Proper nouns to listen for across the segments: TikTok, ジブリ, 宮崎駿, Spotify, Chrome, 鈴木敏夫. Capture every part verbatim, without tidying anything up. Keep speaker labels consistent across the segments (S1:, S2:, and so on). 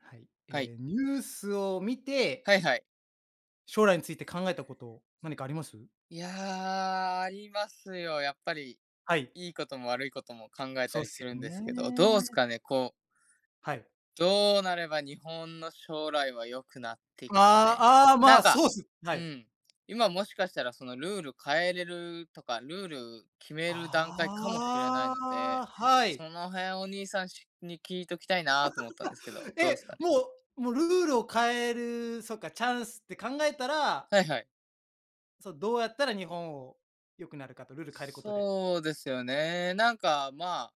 S1: はい。
S2: はい。
S1: えーニュースを見て、
S2: はいはい。
S1: 将来について考えたこと何かあります？
S2: いやー、ありますよ。やっぱり、
S1: はい、
S2: いいことも悪いことも考え
S1: そ
S2: た
S1: うっ
S2: り
S1: す
S2: す
S1: よ
S2: るんですけど、どうす
S1: ね。
S2: かね、こう、
S1: はい。
S2: どうなれば日本の将来は良くなってい
S1: あ
S2: くすかね。
S1: ーあー、あま
S2: な
S1: あ、
S2: んか、
S1: そうっす。は
S2: う
S1: い。
S2: ん、今もしかしたらそのルール変えれるとか、ルール決める段階かもしれないの
S1: あ
S2: で、
S1: あ、は
S2: そ
S1: い。
S2: の辺お兄さんしに聞いときたいなと思ったんですけど、どう
S1: え、
S2: すかね。
S1: もうもうルールを変える、そっか、チャンスって考えたら、
S2: はいはい。
S1: そう、どうやったら日本を良くなるかと、ルール変えることで。
S2: そうですよね。なんか、まあ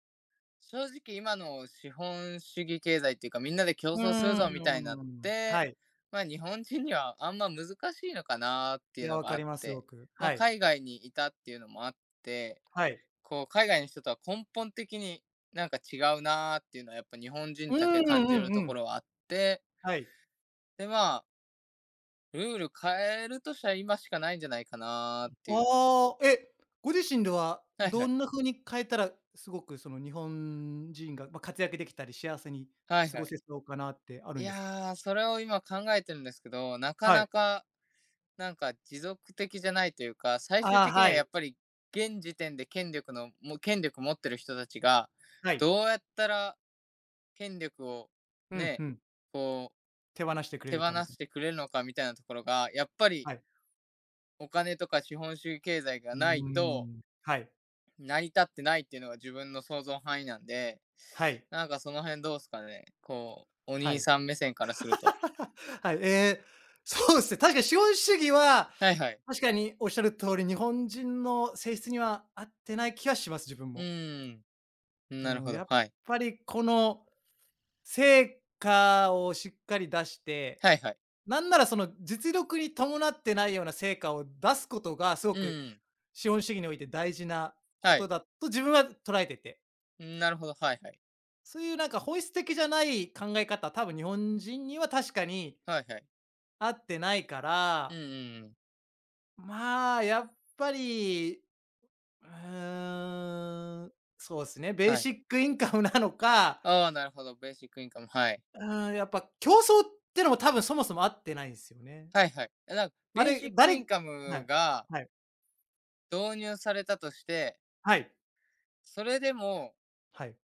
S2: 正直今の資本主義経済っていうか、みんなで競
S1: う
S2: 争するぞみたいになっ
S1: ーん、は
S2: て、
S1: い。
S2: まあ、日本人にはあんま難しいのかなって
S1: い
S2: いう
S1: や、
S2: の
S1: わ
S2: が
S1: か
S2: あっ
S1: ります、すご
S2: て、
S1: く。
S2: まあ、
S1: はい。
S2: 海外にいたっていうのもあって、
S1: はい。
S2: こう海外の人とは根本的になんか違うなーっていうのはやっぱ日本人
S1: う
S2: だけ
S1: んう
S2: 感
S1: んうん
S2: じると
S1: う
S2: こ
S1: ん。
S2: ろはあって、
S1: はい。
S2: で、まあ、ルール変えるとしたら今しかないんじゃないかなーっていう。
S1: ああ、え、ご自身では
S2: はいは
S1: ど
S2: い。
S1: んな風に変えたら、すごくその日本人が、ま、活躍できたり、幸せに
S2: はい
S1: 過
S2: は
S1: ご
S2: い。
S1: せそうかなってある
S2: い
S1: んですか？
S2: やー、それを今考えてるんですけど、なか
S1: は
S2: な
S1: い。
S2: かなんか持続的じゃないというか、最終
S1: ああ、
S2: 的に
S1: は
S2: はや
S1: い、
S2: っぱり現時点で権力のもう権力持ってる人たちが、
S1: はい。
S2: どうやったら権力を
S1: うん、
S2: ね、
S1: ふん。
S2: こう
S1: 手放してくれ
S2: 手
S1: る
S2: 放
S1: かみたい
S2: して
S1: な。
S2: くれるのかみたいなところが、やっぱり
S1: はい。
S2: お金とか資本主義経済が
S1: う
S2: ない
S1: ー
S2: と
S1: ん。はい、
S2: 成り立ってないっていうのが自分の想像範囲なんで、
S1: はい、
S2: なんかその辺どうすかね、こう、お
S1: は
S2: 兄
S1: い。
S2: さん目線からすると。
S1: はい、ええ、そうですね、確かに資本主義は、
S2: はいはい。
S1: 確かにおっしゃる通り、日本人の性質には合ってない気はします、自分
S2: う
S1: も。
S2: ーん、
S1: う
S2: なる
S1: ーん、
S2: ほど、
S1: やっ
S2: はい。
S1: ぱりこの成果をしっかり出して、
S2: はいはい。
S1: なんならその実力に伴ってないような成果を出すことがすご
S2: う
S1: く
S2: ーん、
S1: 資本主義において大事なこ
S2: は
S1: と
S2: い。
S1: だと自分は捉えてて、
S2: なるほど、はいはい。
S1: そういうなんか本質的じゃない考え方、多分日本人には確かに
S2: はいはい。
S1: 合ってないか
S2: う
S1: ら、
S2: んうんうん。
S1: まあ、やっぱり、うーん、そうですね、ベー
S2: は
S1: シ
S2: い。
S1: ックインカムなのか、
S2: ああ、なるほど、ベーシックインカム、はい。
S1: うーん、やっぱ競争ってのも多分そもそも合ってないんですよね。
S2: はいはい。え、なんかベーシ
S1: 誰
S2: ック
S1: 誰
S2: インカ
S1: は
S2: ム
S1: い。
S2: が
S1: はい。
S2: 導入されたとして、
S1: はい。
S2: それでも
S1: はい。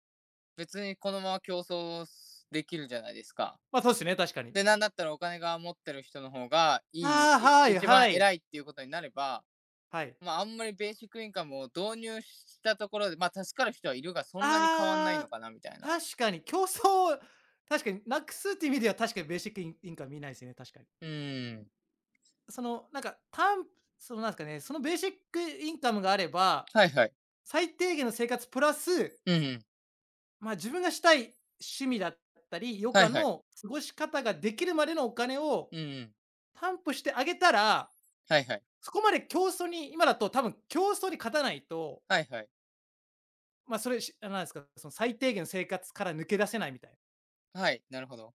S2: 別にこのまま競争すできるじゃないですか。
S1: まあ、そうですね、確かに。
S2: で、なんだったらお金が持ってる人の方がい
S1: ああ、
S2: い、い
S1: はい
S2: 一番
S1: はい。
S2: 偉いっていうことになれば、
S1: はい。で
S2: まあ、あんまりベーシックインカムを導入したところで、まあ、助かる人はいるが、そんなに変わんない
S1: ああ、
S2: のかなみたいな。
S1: 確かに競争確かに無くすっていう意味では確かにベーシックインインカム見ないですね、確かに。
S2: うーん。
S1: その、なんか、たその、なんですかね、そのベーシックインカムがあれば、
S2: はいはい。
S1: 最低限の生活プラス、
S2: うんうん。
S1: ま、自分がしたい趣味だったり、余
S2: は
S1: 暇
S2: いはい。
S1: の過ごし方ができるまでのお金を
S2: うんうん。
S1: 担保してあげたら
S2: はいはい。
S1: そこまで競争に、今だと多分競争に勝たないと、
S2: はいはい。
S1: まあそれし、なんですか、その最低限の生活から抜け出せないみたいな。
S2: はい、なるほど。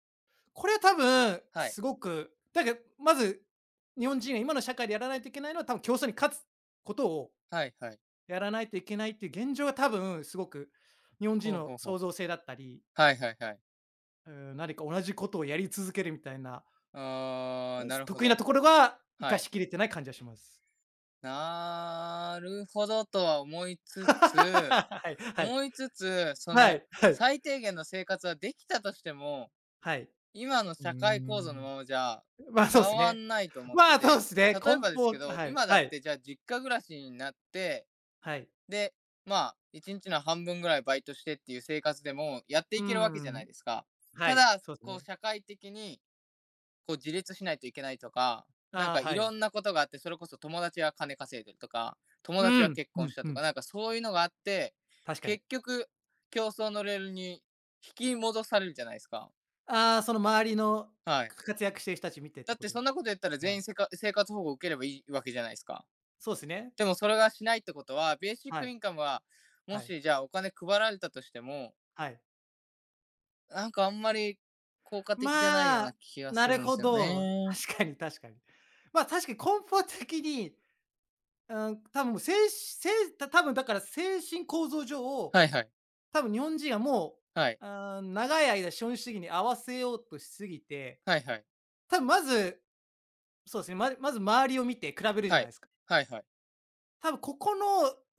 S1: これは多分、
S2: はい。
S1: すごく、だからまず、日本人が今の社会でやらないといけないのは、多分競争に勝つことを
S2: はいはい。
S1: やらないといけないっていう現状が多分、すごく、日本人
S2: ほう
S1: の
S2: ほうほう。
S1: 創造性だったり、
S2: はいはいはい。
S1: うん、何か同じことをやり続けるみたいな、
S2: ああ、なるほ
S1: 得意な
S2: ど。
S1: ところが活
S2: は
S1: か
S2: い。
S1: しきれてない感じがします。
S2: なるほどとは思い つつ、
S1: はい、はい。
S2: 思いつつ、そ
S1: は
S2: の、
S1: い、はい。
S2: 最低限の生活はできたとしても、
S1: はい。
S2: 今の
S1: うー
S2: 社会構造の
S1: ん。
S2: ままじゃ
S1: まあ、そうで
S2: 変
S1: す
S2: わ
S1: ね。
S2: んないと思っ
S1: ま
S2: て
S1: あ、そうで
S2: て、
S1: すね。
S2: 例え
S1: 梱
S2: ばです
S1: 包
S2: けど、
S1: はい、
S2: 今だ
S1: は
S2: っ
S1: い、
S2: てじゃあ実家暮らしになって
S1: はい。
S2: で、まあ、いちにちの半分ぐらいバイトしてっていう生活でもやって
S1: うー
S2: いけるわけじゃな
S1: ん、
S2: いですか。
S1: は
S2: た
S1: い、
S2: だ、
S1: そうです
S2: こう
S1: ね。
S2: 社会的にこう自立しないといけないとか、なん
S1: ああ、
S2: かい
S1: は
S2: ろ
S1: い。
S2: んなことがあって、それこそ友達は金稼いでるとか、友
S1: う
S2: 達は
S1: ん、
S2: 結
S1: う
S2: 婚
S1: ん、
S2: した
S1: う
S2: と
S1: ん、
S2: か、なんかそういうのがあって、
S1: 確かに。
S2: 結局競争のレールに引き戻されるじゃないですか。
S1: ああ、その周りの
S2: はい。
S1: 活躍してる人たち見てって
S2: だっ
S1: こ
S2: て
S1: とで
S2: そ
S1: す
S2: んなこと言ったら
S1: か。は
S2: 全
S1: い。
S2: 員せか生活保護を受ければいいわけじゃないですか。
S1: そうですね。
S2: でもそれがしないってことは、ベーシッ
S1: は
S2: ク
S1: い、
S2: インカムは、も
S1: はい、
S2: しじゃあお金配られたとしても、
S1: はい。
S2: なんかあんまり効果的じゃないよ
S1: ま
S2: う
S1: あ、
S2: な気が
S1: な
S2: する
S1: る
S2: んで
S1: ほ
S2: すよ
S1: ど。
S2: ね。
S1: 確かに確かに。まあ、確かに根本的に、うん、多分精神せいしだから精神構造上多
S2: はいはい。
S1: 分日本人がもう、
S2: はい。
S1: あー長い間資本主義に合わせようとしすぎて、
S2: はいはい。
S1: 多分まず、そうですね、ままず周りを見て比べるじゃ
S2: は
S1: ないで
S2: い。
S1: すか。
S2: はいはい。
S1: 多分ここの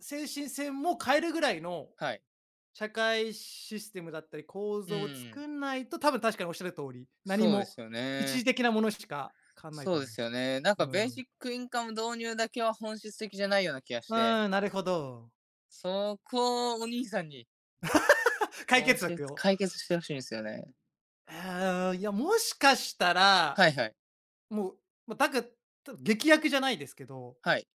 S1: 精神線も変えるぐらいの
S2: はい。
S1: 社会システムだったり構
S2: う
S1: 造を
S2: ーん。
S1: 作んないと、多分確かにおっしゃる通り、何
S2: そうで
S1: も
S2: すよ
S1: 一
S2: ね。
S1: 時的なものしか変わんない
S2: そ
S1: と
S2: うで
S1: 思いま
S2: す
S1: す。
S2: よね。なん
S1: う
S2: かベー
S1: ん。
S2: シックインカム導入だけは本質的じゃないような気がし
S1: う
S2: て、
S1: ーん、なるほど。
S2: そこをお兄さんに
S1: 解
S2: 教
S1: 決
S2: え
S1: 策を。
S2: 解決してほしいんですよね。
S1: あーいや、もしかしたら、
S2: はいはい。
S1: もう、ま、だか、た劇薬じゃないですけど、
S2: はい。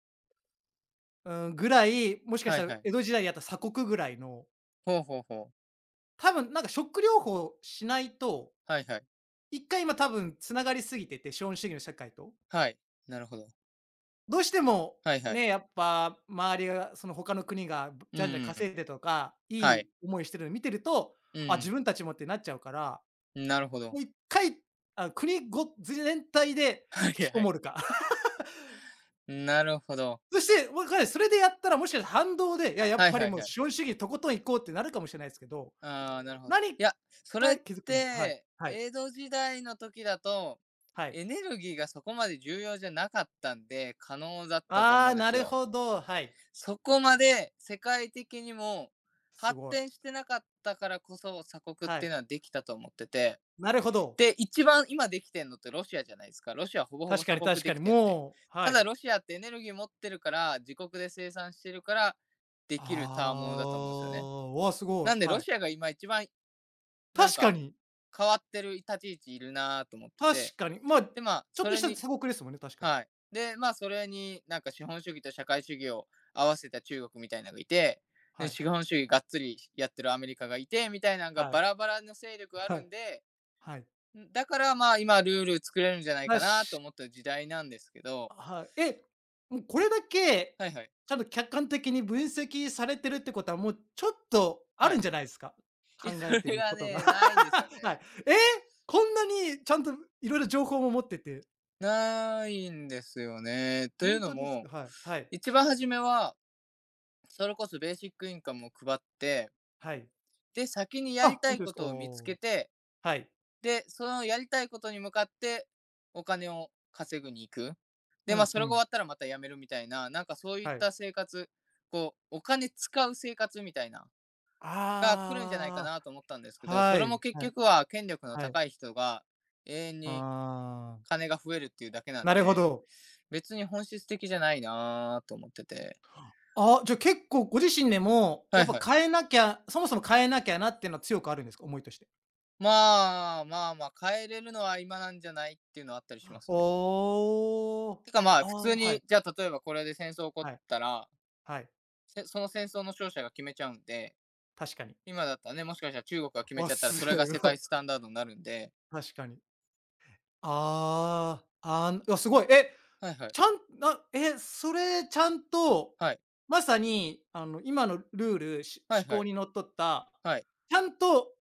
S1: うん、ぐらい、もしかし
S2: はい
S1: たら
S2: はい。
S1: 江戸時代にあった鎖国ぐらいの、
S2: ほうほうほう。
S1: 多分なんかショック療法しないと、
S2: はいはい。
S1: 一回今多分つながりすぎてて、資本主義の社会と。
S2: はい。なるほど。
S1: どうしても、
S2: はいはい。
S1: ね、やっぱ周りがその他の国が
S2: うん
S1: じ
S2: う
S1: ゃんじゃん
S2: んうん。
S1: 稼いでとか、い
S2: は
S1: い
S2: い。
S1: 思いしてるの見てると、
S2: う
S1: あ、自
S2: ん。
S1: 分たちもってなっちゃうから、
S2: なるほど。
S1: もう一回、あ、国ご全体で
S2: はい
S1: 引きこ
S2: はい。
S1: もるか。
S2: なるほど。
S1: そして、わかんない、それでやったらもしかしたら反動で、いや、やっ
S2: はい
S1: ぱり
S2: はい
S1: もう
S2: はい。
S1: 資本主義とことん行こうってなるかもしれないですけど、
S2: ああ、なるほど。
S1: 何
S2: いや、そ
S1: か
S2: れっ
S1: い気づくもはい、
S2: て、
S1: はい、
S2: 江戸時代の時だと、
S1: はい。
S2: エネルギーがそこまで重要じゃなかったんで、可能だったと
S1: あ
S2: 思う
S1: あ、
S2: んで
S1: な
S2: す
S1: る
S2: よ。
S1: ほど、はい。
S2: そこまで世界的にも
S1: す
S2: 発
S1: ごい。
S2: 展してなかったからこそ、鎖国っ
S1: は
S2: ていう
S1: い。
S2: のはできたと思ってて。
S1: なるほど。
S2: で、一番今できてんのってロシアじゃないですか。ロシアほぼほぼ
S1: 確か
S2: 鎖
S1: に
S2: 国
S1: 確か
S2: で
S1: に、
S2: きてるんで。
S1: もうは
S2: ただ
S1: い。
S2: ロシアってエネルギー持ってるから、自国で生産してるから、できるたわものだと思うんですよね。
S1: ああ、わ、すごい、
S2: なんで
S1: は
S2: ロ
S1: い。
S2: シアが今一番なん
S1: 確か
S2: か、
S1: に、
S2: 変わってる立ち位置いるなと思ってて、
S1: 確かに。まあ、
S2: で、まあ、
S1: ちょっ
S2: そ
S1: とし
S2: れ
S1: た
S2: に
S1: 鎖国ですもんね、確かに。
S2: はい。で、まあ、それになんか資本主義と社会主義を合わせた中国みたいなのがいて、で、
S1: はい、
S2: 資本主義がっつりやってるアメリカがいて、みたいなのが
S1: は
S2: バ
S1: い、
S2: ラバラの勢力あ
S1: は
S2: る
S1: い、
S2: んで、
S1: はい。
S2: だから、まあ、今ルール作れるんじゃない
S1: た
S2: かなと
S1: し
S2: 思った時代なんですけど
S1: はい。え、もうこれだけ、
S2: はいはい、
S1: ちゃんと客観的に分析されてるってことは、もうちょっとあ
S2: は
S1: るん
S2: い。
S1: じゃないですか？
S2: いや、
S1: 考
S2: そ
S1: えて
S2: れ
S1: る
S2: が
S1: ことが。
S2: ね、ないんですよ
S1: はい。
S2: ね。
S1: え、こんなにちゃんといろいろ情報も持ってて、
S2: ないんですよね。という
S1: 本
S2: の
S1: 当ですか？
S2: も、
S1: はい、はい、
S2: 一番初めはそれこそベーシックインカムを配って、
S1: はい。
S2: で、先にや
S1: あ、
S2: りた
S1: 本
S2: い
S1: 当です
S2: こ
S1: か？
S2: とを見つ
S1: お
S2: け
S1: ー
S2: て、
S1: はい。
S2: で、そのやりたいことに向かってお金を稼ぐに行く。
S1: う
S2: で、まあ、
S1: ん、
S2: そ
S1: う
S2: れが終
S1: ん、
S2: わったらまた辞めるみたいな、なんかそういっ
S1: はい。
S2: た生活、こう、お金使う生活みたいな、が来るんじゃないか
S1: あ
S2: なと思ったんですけ
S1: あ、
S2: ど、そ
S1: は
S2: れ
S1: い、
S2: も結
S1: はい、
S2: 局は権力の
S1: はい。
S2: 高い人が永遠に
S1: ああ、
S2: 金が増えるっていうだけなん
S1: なるほ
S2: で、
S1: ど。
S2: 別に本質的じゃないなぁと思ってて。
S1: ああ、じゃあ結構ご自身でも、
S2: は
S1: やっ
S2: いはい。
S1: ぱ変えなきゃそもそも変えなきゃなっていうのは強くあるんですか？思いとして。
S2: まあ、まあまあ、変えれるのは今なんじゃないっていうのはあったりしますね。
S1: おお。
S2: てかまあ、
S1: あ
S2: 普
S1: あ、
S2: 通
S1: はい、
S2: に、じゃあ例えばこれで戦争起こっ
S1: はい、
S2: たら、
S1: はい。
S2: せその戦争の勝者が決めちゃうんで、
S1: 確かに。
S2: 今だったらね、もしかしたら中国が決め
S1: わ、
S2: ちゃったら、そ
S1: す
S2: れが世
S1: ご
S2: 界ス
S1: い。
S2: タンダードになるんで、
S1: 確かに。ああ、あんあ、すごい。え、
S2: はいはい、
S1: ちゃんなえ、それちゃんと、
S2: はい、
S1: まさに、あの、今のルール、し
S2: はい
S1: 思
S2: は
S1: 考
S2: い、
S1: にのっとった、
S2: はい、
S1: ちゃんと、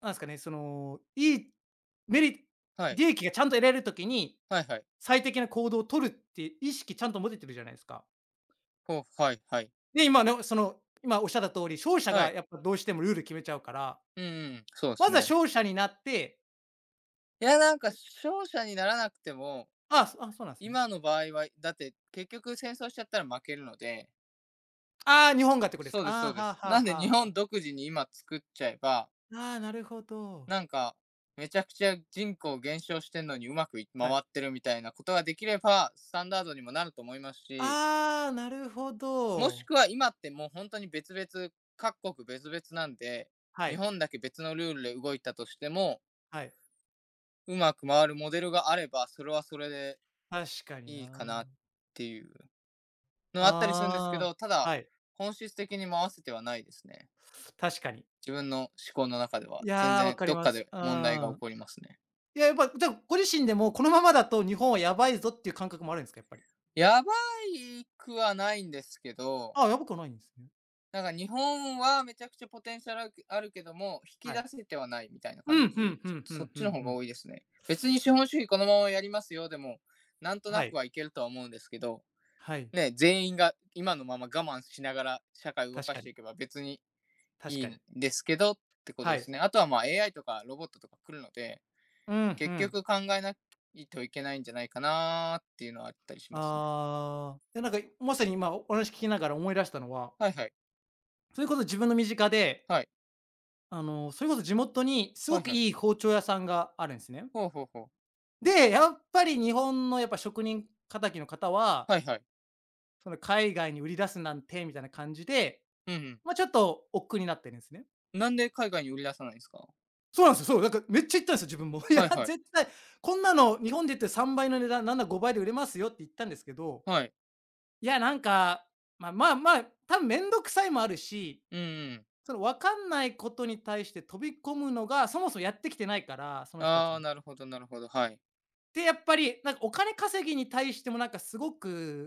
S1: なんすかね、その、いいメリ
S2: はい、
S1: 利益がちゃんと得られる時に、
S2: はいはい、
S1: 最適な行動を取るっていう意識ちゃんと持ててるじゃないですか。
S2: ほう、はいはい、
S1: で、今のその、今おっしゃった通り、勝者
S2: は
S1: が
S2: い、
S1: やっぱどうしてもルール決めちゃうから
S2: うんうん、そうで
S1: ま
S2: す
S1: ずは
S2: ね。
S1: 勝者になって、
S2: いや、なんか勝者にならなくても、
S1: ああ、そあ、そうなんですね。
S2: 今の場合は、だって結局戦争しちゃったら負けるので、
S1: ああ、日本がってことです
S2: そ
S1: か。
S2: うです
S1: あ
S2: そ
S1: あ、
S2: うで
S1: はあ
S2: す。
S1: は
S2: なん
S1: あ
S2: で日
S1: はあは
S2: 本
S1: あ。
S2: 独自に今作っちゃえば、
S1: ああ、なるほど。
S2: なんか、めちゃくちゃ人口減少してんのにうまくい回
S1: はい。
S2: ってるみたいなことができれば、スタンダードにもなると思いますし、
S1: ああ、なるほ
S2: もし
S1: ど。
S2: くは今ってもう本当に別々、各国別々なんで、
S1: は
S2: 日
S1: い、
S2: 本だけ別のルールで動いたとしても、
S1: はい。
S2: うまく回るモデルがあれば、それはそれで
S1: 確かに
S2: いいか
S1: な。
S2: なっていうのはあったりするんですけ
S1: あ
S2: ど、た
S1: あ、
S2: だ、
S1: はい、
S2: 本質的に回せてはないですね。
S1: 確かに。
S2: 自分の思考の中では
S1: い
S2: 全
S1: や、わ
S2: 然
S1: か
S2: ど
S1: り
S2: っ
S1: ま
S2: か
S1: す。
S2: で
S1: うん。
S2: 問題が起こりますね。
S1: いや、やっぱ、じゃ、ご自身でもこのままだと日本はやばいぞっていう感覚もあるんですか？やっぱり。
S2: やばいくはないんですけど、
S1: ああ、やばくはないんですね。
S2: なんか日本はめちゃくちゃポテンシャルあるけども、引き
S1: は
S2: 出
S1: い。
S2: せてはないみたいな
S1: う
S2: 感
S1: ん、ふん
S2: じ、
S1: ふんふ
S2: そ
S1: ん
S2: っ
S1: ふ
S2: ちの
S1: んふ
S2: 方が
S1: ん。
S2: 多いですね。別に資本主義このままやりますよ、でも、なんとな
S1: は
S2: く
S1: い、
S2: はいけるとは思うんですけど、
S1: はい、
S2: ね、全員が今のまま我慢しながら社会を動
S1: 確
S2: か
S1: か
S2: して
S1: に、
S2: いけば別に
S1: 確
S2: いい
S1: かに。
S2: んですけどってこと
S1: は
S2: です
S1: い。
S2: ね。あとはまあ エーアイ とかロボットとか来るので、
S1: うん、ふ
S2: 結
S1: ん。
S2: 局考えないといけないんじゃないかなーっていうのはあったりしますね。
S1: ああ、で、なんかまさに今お話聞きながら思い出したのは、
S2: はいはい。
S1: それこそ自分の身近で、
S2: はい。
S1: あの、それこそ地元にす
S2: は
S1: ご
S2: い
S1: く
S2: はい。
S1: いい包丁屋さんがあるんですね。
S2: ほうほうほう。
S1: で、やっぱり日本のやっぱ職人敵の方は、
S2: はいはい。
S1: その海外に売り出すなんてみたいな感じで、
S2: うんうん。
S1: まあ、ちょっと億劫になってるんですね。
S2: なんで海外に売り出さないんですか？
S1: そうなんですよ、そう、なんかめっちゃ言ったんですよ、自分も。いや、
S2: はいは
S1: 絶
S2: い。
S1: 対こんなの日本で言ってさんばいの値段、なんだらごばいで売れますよって言ったんですけど、
S2: はい。
S1: いや、なんか、まあまあまあ、多分めんどくさいもあるし
S2: うんうん。
S1: その分かんないことに対して飛び込むのが、そもそもやってきてないから、その人たち
S2: あ
S1: も。
S2: あ、なるほどなるほど。はい。
S1: で、やっぱり、なんかお金稼ぎに対してもなんかすご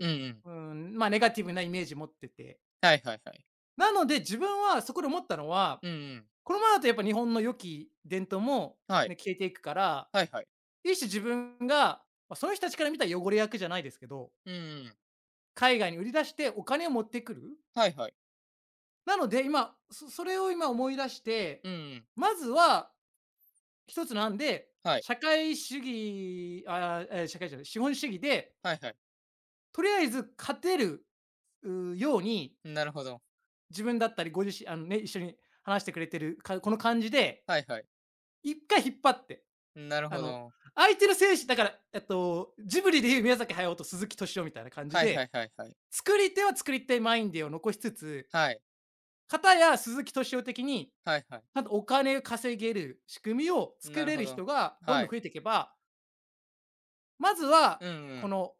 S2: うんうん。
S1: うん、まあ、ネガティブなイメージ持ってて。
S2: はいはいはい。
S1: なので、自分はそこで思ったのは、
S2: うんうん。
S1: このままだとやっぱ日本の良き伝統も、
S2: はい。
S1: ね、消えていくから、
S2: はいはい。
S1: 一種自分が、まあ、その人たちから見たら汚れ役じゃないですけど、
S2: うんうん。
S1: 海外に売り出してお金を持ってくる。
S2: はいはい。
S1: なので、今、そそれを今思い出して、
S2: うんうん。
S1: まずは一つの案で、
S2: はい。
S1: 社会主義、あえ、社会主義資本主義で、
S2: はいはい。
S1: とりあえず勝てる、う、ように、
S2: なるほど。
S1: 自分だったりご自身あのね、一緒に話してくれてる、かこの感じで、
S2: はいはい。
S1: 一回引っ張って、
S2: なる
S1: あ
S2: ほ
S1: の、
S2: ど。
S1: 相手の精神だから、えっと、ジブリでいう宮崎駿と鈴木敏夫みたいな感じ
S2: はいはい
S1: で、
S2: はいはい。
S1: 作り手は作り手マインデーを残しつつ、
S2: はい。
S1: かたや鈴木敏夫的に、
S2: はいはい。
S1: なんとお金を稼げる仕組みを作
S2: なる
S1: れ
S2: ほ
S1: る人
S2: ど。
S1: がどん
S2: は
S1: どん
S2: い。
S1: 増えていけば、まずは、
S2: うんう
S1: こ
S2: ん。
S1: の、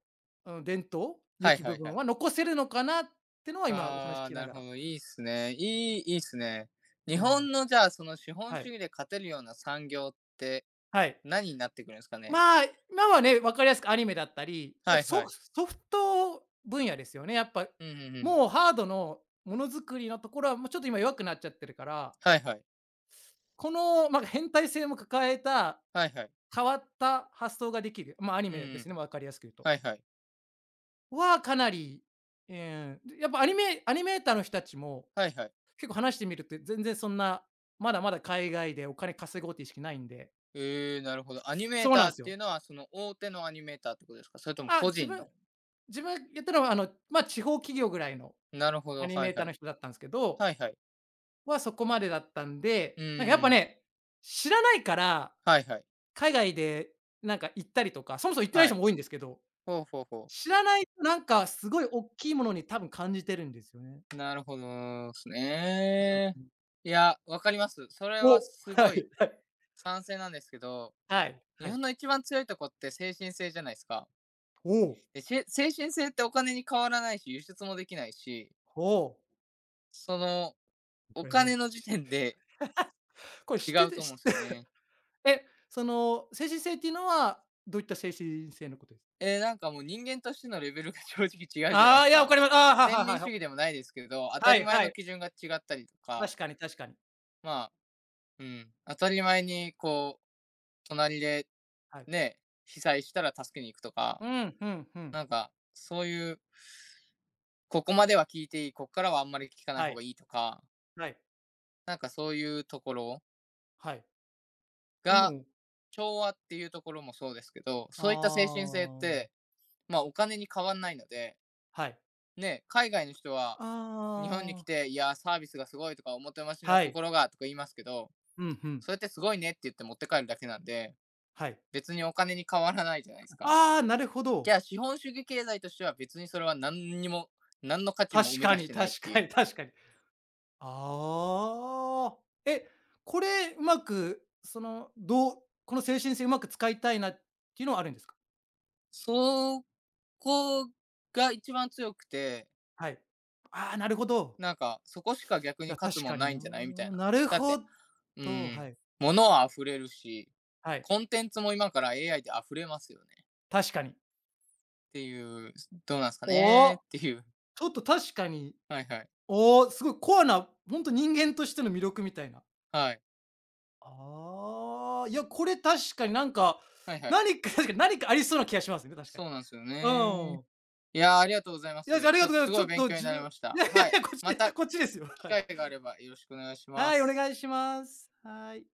S1: うん、伝統、良
S2: はい
S1: き
S2: は
S1: 部
S2: いは
S1: 分
S2: い。
S1: は残せるのかなってのは、今お話
S2: あ
S1: 聞
S2: あ、
S1: きな
S2: なる
S1: が
S2: ほ
S1: ら、
S2: ど、いいっすね。いいいいっすね。
S1: う
S2: 日
S1: ん、
S2: 本のじゃあ、その資本
S1: は
S2: 主
S1: い、
S2: 義で勝てるような産業って、
S1: はい。
S2: 何になってくるんですかね？
S1: まあ、今はね、分かりやすくアニメだったり、な
S2: は
S1: んか
S2: いは
S1: ソフ
S2: い。
S1: ソフト分野ですよね、やっぱ。
S2: うんうんうん。
S1: もうハードのものづくりのところは、もうちょっと今弱くなっちゃってるから、
S2: はいはい。
S1: この、ま、変態性も抱えた、
S2: はいはい。
S1: 変わった発想ができる、ま、アニ
S2: うんう
S1: メですね、
S2: ん。
S1: ま分かりやすく言うと。
S2: はいはい。
S1: は、かなり、ええ、やっぱアニメアニメーターの人たちも
S2: はいはい。
S1: 結構話してみると、全然そんな、まだまだ海外でお金稼ごうって意識ないんで。
S2: ええ、なるほど。アニメー
S1: そうなん
S2: ター
S1: で
S2: っ
S1: す
S2: て
S1: よ。
S2: いうのは、その大手のアニメーターってことですか？それとも
S1: あ、
S2: 個
S1: 自
S2: 人
S1: 分
S2: の。
S1: 自分やったのは、あの、まあ、地方企業ぐらいの
S2: なるほ
S1: ア
S2: ど、
S1: ニ
S2: は
S1: メ
S2: い
S1: ータ
S2: は
S1: ー
S2: い。
S1: の人だったんですけど、
S2: はいはい。
S1: はそこまでだったんで、
S2: う
S1: なんかやっぱ
S2: ーん。
S1: ね、知らないから、
S2: はいはい。
S1: 海外でなんか行ったりとか、そもそも行ってない
S2: は
S1: 人
S2: い。
S1: も多いんですけど、
S2: ほうほうほう。
S1: 知らないとなんかすごい大きいものに多分感じてるんですよね。
S2: なるほどです
S1: う
S2: ね。
S1: ん。
S2: いや、わかります。それ
S1: お、
S2: はす
S1: は
S2: ごい
S1: いはい。
S2: 賛成なんですけど、
S1: はい、は
S2: 日
S1: い。
S2: 本の一番強いとこって精神性じゃないですか。
S1: おお、
S2: でし精神性ってお金に変わらないし、輸出もできないし、
S1: おお。
S2: その、
S1: こ
S2: お
S1: れも
S2: 金の
S1: う、
S2: 時
S1: し
S2: 点で
S1: これ知
S2: 違
S1: って
S2: うと
S1: て
S2: 思う
S1: 知っ
S2: んですよ
S1: て
S2: ね。
S1: え、その、精神性っていうのは、どういった精神性のことです？
S2: えーなんかもう人間としてのレベルが 正直違うじゃない
S1: あ
S2: で
S1: あ、
S2: す
S1: いや、わか
S2: か。
S1: ります。ああ、はい
S2: 先
S1: はいは
S2: 民
S1: いは
S2: 主義
S1: い。
S2: でもないですけど、当た
S1: は
S2: り
S1: い
S2: 前
S1: は
S2: の
S1: い。
S2: 基準が違ったりとか、
S1: 確かに確かに。
S2: まあ、うん、当たり前にこう、隣で
S1: はい。
S2: ね、被災したら助けに行くとか、
S1: うん、ふんふん。
S2: なんか、そういうここまでは聞いていい、ここからはあんまり聞かない
S1: は
S2: 方が
S1: い。
S2: いいとか、
S1: はい。
S2: なんかそういうところ
S1: はい。え、
S2: が、
S1: もう、
S2: 調和っていうところもそうですけど、
S1: あ
S2: そういった精神性っ
S1: あ、
S2: て、まあお金に変わんないので、
S1: はい。
S2: ね、海外の人は日本に来
S1: ああ、
S2: て、いや、サービスがすごいとか、おもてなしの
S1: はい。
S2: 心がとか言いますけど、
S1: うんうんうん、
S2: それってすごいねって言って持って帰るだけなんで、
S1: はい。
S2: 別にお金に変わらないじ
S1: ああ、はい、ああ、はい、うんうん、は
S2: ゃないですか。
S1: い、ああ、なるほ
S2: じ
S1: ど。
S2: ゃあ資本主義経済としては別にそれは何にも、何の価値
S1: 確
S2: も生み
S1: か
S2: 出し
S1: に
S2: てないっ
S1: 確
S2: てい
S1: かに
S2: う
S1: 確かに。ああ。え、これ、うまく、その、どうこの精神性うまく使いたいなっていうのはあるんですか？
S2: そこが一番強くて、
S1: はい。ああ、なるほど。
S2: なんか、そこしか逆
S1: い
S2: に
S1: や、
S2: 勝つ
S1: 確
S2: も
S1: か
S2: ん
S1: に
S2: ないん
S1: な。
S2: じゃないみたいな。
S1: なる
S2: だっ
S1: ほ
S2: て、う
S1: ど、は
S2: ん、
S1: い。
S2: 物は溢れるし、
S1: はい。
S2: コンテンツも今から エーアイ で溢れますよね
S1: 確かに。
S2: っていう、どうなんすか
S1: お
S2: ねっ
S1: お、
S2: ていう。
S1: ちょっと確かに、
S2: はいはい。
S1: おお、すごいコアな、ほんと人間としての魅力みたいな。
S2: はい。
S1: ああ、いや、これ確かになんか、
S2: はいはい。
S1: 何か確かに何かありそうな気がしますね、確かに。
S2: そうなんですよね。
S1: うん。
S2: いやあ、ありがとうございま
S1: いや、じゃ
S2: す。
S1: あ、あり
S2: ち
S1: が
S2: ょっ
S1: とうご
S2: と
S1: ざいま
S2: す
S1: す。ち
S2: ご
S1: ょ
S2: い
S1: っ
S2: 勉
S1: と
S2: 強に
S1: 自
S2: なり
S1: 分。
S2: まし
S1: い
S2: た。
S1: やい
S2: は
S1: やい
S2: い。
S1: や、こっ
S2: ま
S1: ち
S2: た
S1: こっちですよ。
S2: 機
S1: はい。
S2: 会があればよろしくお願いしま
S1: はい、お願い
S2: す。
S1: します。はい。